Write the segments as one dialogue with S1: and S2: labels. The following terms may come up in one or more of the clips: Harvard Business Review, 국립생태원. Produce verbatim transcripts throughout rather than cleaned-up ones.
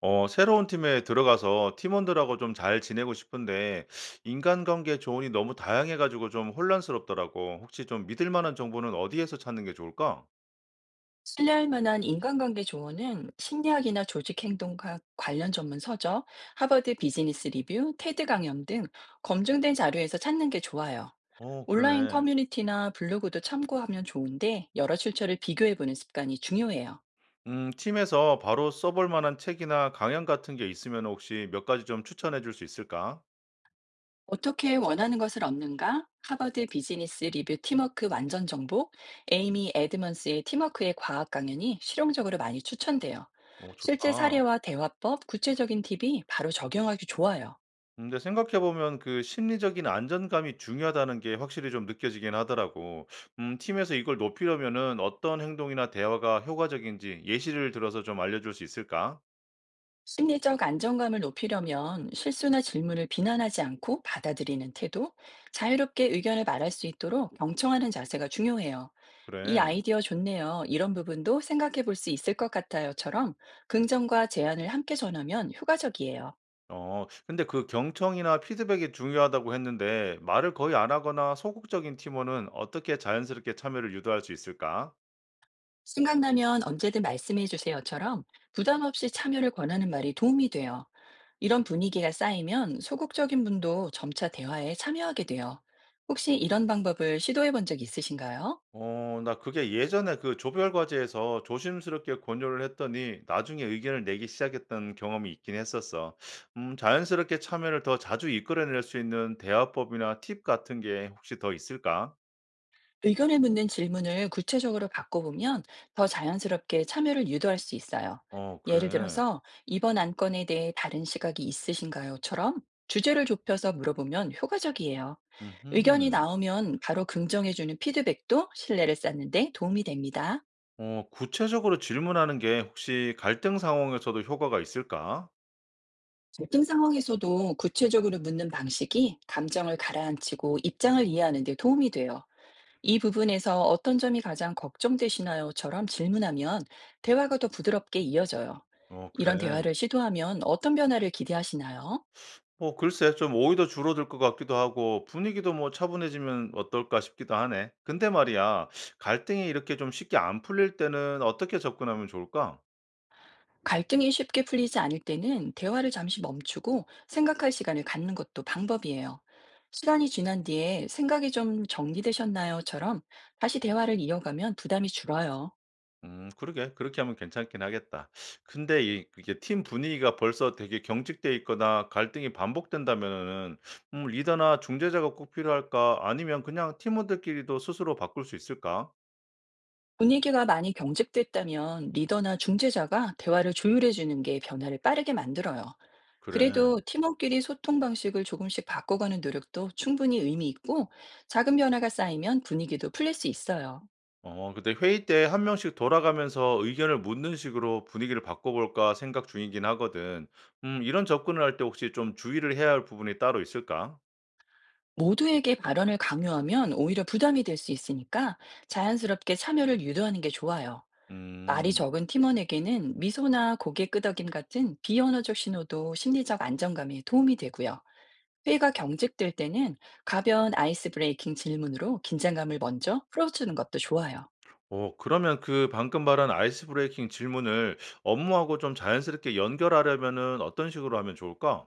S1: 어, 새로운 팀에 들어가서 팀원들하고 좀 잘 지내고 싶은데, 인간관계 조언이 너무 다양해가지고 좀 혼란스럽더라고. 혹시 좀 믿을 만한 정보는 어디에서 찾는 게 좋을까?
S2: 신뢰할 만한 인간관계 조언은 심리학이나 조직 행동학 관련 전문 서적, 하버드 비즈니스 리뷰, 테드 강연 등 검증된 자료에서 찾는 게 좋아요.
S1: 어,
S2: 온라인
S1: 그러네.
S2: 커뮤니티나 블로그도 참고하면 좋은데 여러 출처를 비교해보는 습관이 중요해요.
S1: 음, 팀에서 바로 써볼 만한 책이나 강연 같은 게 있으면 혹시 몇 가지 좀 추천해 줄 수 있을까?
S2: 어떻게 원하는 것을 얻는가? 하버드 비즈니스 리뷰 팀워크 완전 정복, 에이미 에드먼스의 팀워크의 과학 강연이 실용적으로 많이 추천돼요.
S1: 어,
S2: 실제
S1: 좋다.
S2: 사례와 대화법, 구체적인 팁이 바로 적용하기 좋아요.
S1: 근데 생각해 보면 그 심리적인 안전감이 중요하다는 게 확실히 좀 느껴지긴 하더라고. 음, 팀에서 이걸 높이려면은 어떤 행동이나 대화가 효과적인지 예시를 들어서 좀 알려줄 수 있을까?
S2: 심리적 안정감을 높이려면 실수나 질문을 비난하지 않고 받아들이는 태도, 자유롭게 의견을 말할 수 있도록 경청하는 자세가 중요해요. 이
S1: 그래.
S2: 아이디어 좋네요. 이런 부분도 생각해 볼 수 있을 것 같아요.처럼 긍정과 제안을 함께 전하면 효과적이에요.
S1: 어, 근데 그 경청이나 피드백이 중요하다고 했는데 말을 거의 안 하거나 소극적인 팀원은 어떻게 자연스럽게 참여를 유도할 수 있을까?
S2: 생각나면 언제든 말씀해 주세요.처럼 부담 없이 참여를 권하는 말이 도움이 돼요. 이런 분위기가 쌓이면 소극적인 분도 점차 대화에 참여하게 돼요. 혹시 이런 방법을 시도해 본 적 있으신가요?
S1: 어 나 그게 예전에 그 조별 과제에서 조심스럽게 권유를 했더니 나중에 의견을 내기 시작했던 경험이 있긴 했었어. 음 자연스럽게 참여를 더 자주 이끌어낼 수 있는 대화법이나 팁 같은 게 혹시 더 있을까?
S2: 의견을 묻는 질문을 구체적으로 바꿔보면 더 자연스럽게 참여를 유도할 수 있어요.
S1: 어
S2: 예를
S1: 그래.
S2: 들어서 이번 안건에 대해 다른 시각이 있으신가요?처럼 주제를 좁혀서 물어보면 효과적이에요. 의견이
S1: 음
S2: 나오면 바로 긍정해주는 피드백도 신뢰를 쌓는데 도움이 됩니다.
S1: 어 구체적으로 질문하는 게 혹시 갈등 상황에서도 효과가 있을까?
S2: 갈등 상황에서도 구체적으로 묻는 방식이 감정을 가라앉히고 입장을 이해하는 데 도움이 돼요. 이 부분에서 어떤 점이 가장 걱정되시나요?"처럼 질문하면 대화가 더 부드럽게 이어져요.
S1: 어
S2: 이런
S1: 그래.
S2: 대화를 시도하면 어떤 변화를 기대하시나요?
S1: 뭐 글쎄 좀 오히려 줄어들 것 같기도 하고 분위기도 뭐 차분해지면 어떨까 싶기도 하네. 근데 말이야, 갈등이 이렇게 좀 쉽게 안 풀릴 때는 어떻게 접근하면 좋을까?
S2: 갈등이 쉽게 풀리지 않을 때는 대화를 잠시 멈추고 생각할 시간을 갖는 것도 방법이에요. 시간이 지난 뒤에 "생각이 좀 정리되셨나요?"처럼 다시 대화를 이어가면 부담이 줄어요.
S1: 음, 그러게. 그렇게 하면 괜찮긴 하겠다. 근데 이, 이게 팀 분위기가 벌써 되게 경직돼 있거나 갈등이 반복된다면은, 음, 리더나 중재자가 꼭 필요할까? 아니면 그냥 팀원들끼리도 스스로 바꿀 수 있을까?
S2: 분위기가 많이 경직됐다면 리더나 중재자가 대화를 조율해주는 게 변화를 빠르게 만들어요.
S1: 그래.
S2: 그래도 팀원끼리 소통 방식을 조금씩 바꿔가는 노력도 충분히 의미 있고 작은 변화가 쌓이면 분위기도 풀릴 수 있어요.
S1: 어 근데 회의 때 한 명씩 돌아가면서 의견을 묻는 식으로 분위기를 바꿔 볼까 생각 중이긴 하거든. 음 이런 접근을 할 때 혹시 좀 주의를 해야 할 부분이 따로 있을까?
S2: 모두에게 발언을 강요하면 오히려 부담이 될 수 있으니까 자연스럽게 참여를 유도하는 게 좋아요. 말이
S1: 음.
S2: 적은 팀원에게는 미소나 고개 끄덕임 같은 비언어적 신호도 심리적 안정감에 도움이 되고요. 회의가 경직될 때는 가벼운 아이스 브레이킹 질문으로 긴장감을 먼저 풀어주는 것도 좋아요.
S1: 어 그러면 그 방금 말한 아이스 브레이킹 질문을 업무하고 좀 자연스럽게 연결하려면은 어떤 식으로 하면 좋을까?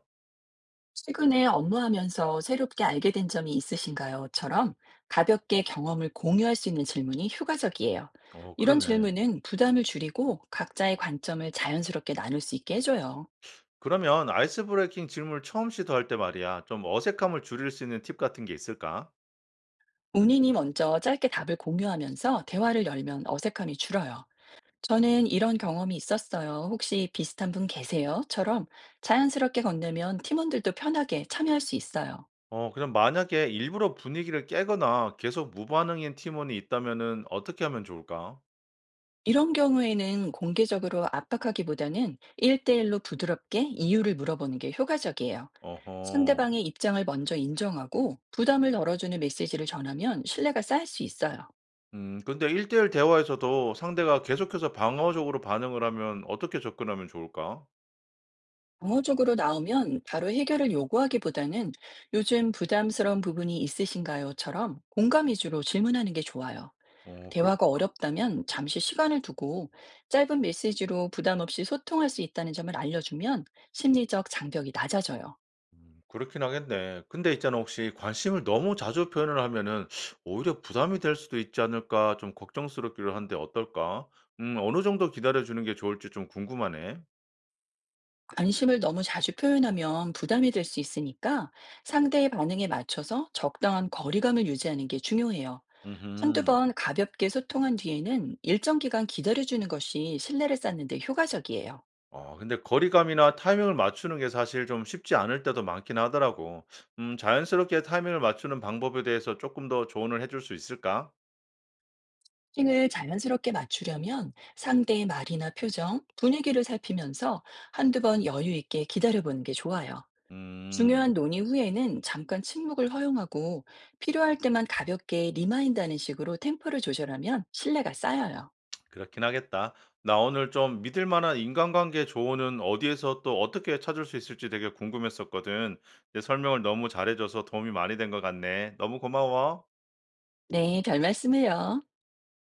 S2: 최근에 업무하면서 새롭게 알게 된 점이 있으신가요?"처럼 가볍게 경험을 공유할 수 있는 질문이 효과적이에요.
S1: 어
S2: 이런
S1: 그러네.
S2: 질문은 부담을 줄이고 각자의 관점을 자연스럽게 나눌 수 있게 해줘요.
S1: 그러면 아이스 브레이킹 질문을 처음 시도할 때 말이야 좀 어색함을 줄일 수 있는 팁 같은 게 있을까?
S2: 본인이 먼저 짧게 답을 공유하면서 대화를 열면 어색함이 줄어요. "저는 이런 경험이 있었어요. 혹시 비슷한 분 계세요?"처럼 자연스럽게 건네면 팀원들도 편하게 참여할 수 있어요.
S1: 어 그럼 만약에 일부러 분위기를 깨거나 계속 무반응인 팀원이 있다면은 어떻게 하면 좋을까?
S2: 이런 경우에는 공개적으로 압박하기보다는 일 대일로 부드럽게 이유를 물어보는 게 효과적이에요.
S1: 어허.
S2: 상대방의 입장을 먼저 인정하고 부담을 덜어주는 메시지를 전하면 신뢰가 쌓일 수 있어요.
S1: 음 근데 일 대일 대화에서도 상대가 계속해서 방어적으로 반응을 하면 어떻게 접근하면 좋을까?
S2: 방어적으로 나오면 바로 해결을 요구하기보다는 요즘 부담스러운 부분이 있으신가요?처럼 공감 위주로 질문하는 게 좋아요.
S1: 어
S2: 대화가
S1: 그렇겠다.
S2: 어렵다면 잠시 시간을 두고 짧은 메시지로 부담 없이 소통할 수 있다는 점을 알려주면 심리적 장벽이 낮아져요.
S1: 음 그렇긴 하겠네. 근데 있잖아 혹시 관심을 너무 자주 표현을 하면은 '오히려 부담이 될 수도 있지 않을까.' 좀 걱정스럽기도 한데 어떨까? 음 어느 정도 기다려 주는 게 좋을지 좀 궁금하네.
S2: 관심을 너무 자주 표현하면 부담이 될 수 있으니까 상대의 반응에 맞춰서 적당한 거리감을 유지하는 게 중요해요. 한두
S1: 음
S2: 번 가볍게 소통한 뒤에는 일정 기간 기다려주는 것이 신뢰를 쌓는 데 효과적이에요.
S1: 어 근데 거리감이나 타이밍을 맞추는 게 사실 좀 쉽지 않을 때도 많긴 하더라고. 음 자연스럽게 타이밍을 맞추는 방법에 대해서 조금 더 조언을 해줄 수 있을까?
S2: 핑을 자연스럽게 맞추려면 상대의 말이나 표정, 분위기를 살피면서 한두 번 여유 있게 기다려보는 게 좋아요.
S1: 음
S2: 중요한 논의 후에는 잠깐 침묵을 허용하고 필요할 때만 가볍게 리마인드하는 식으로 템포를 조절하면 신뢰가 쌓여요.
S1: 그렇긴 하겠다. 나 오늘 좀 믿을 만한 인간관계 조언은 어디에서 또 어떻게 찾을 수 있을지 되게 궁금했었거든. 내 설명을 너무 잘해 줘서 도움이 많이 된 것 같네. 너무 고마워.
S2: 네, 별 말씀을요.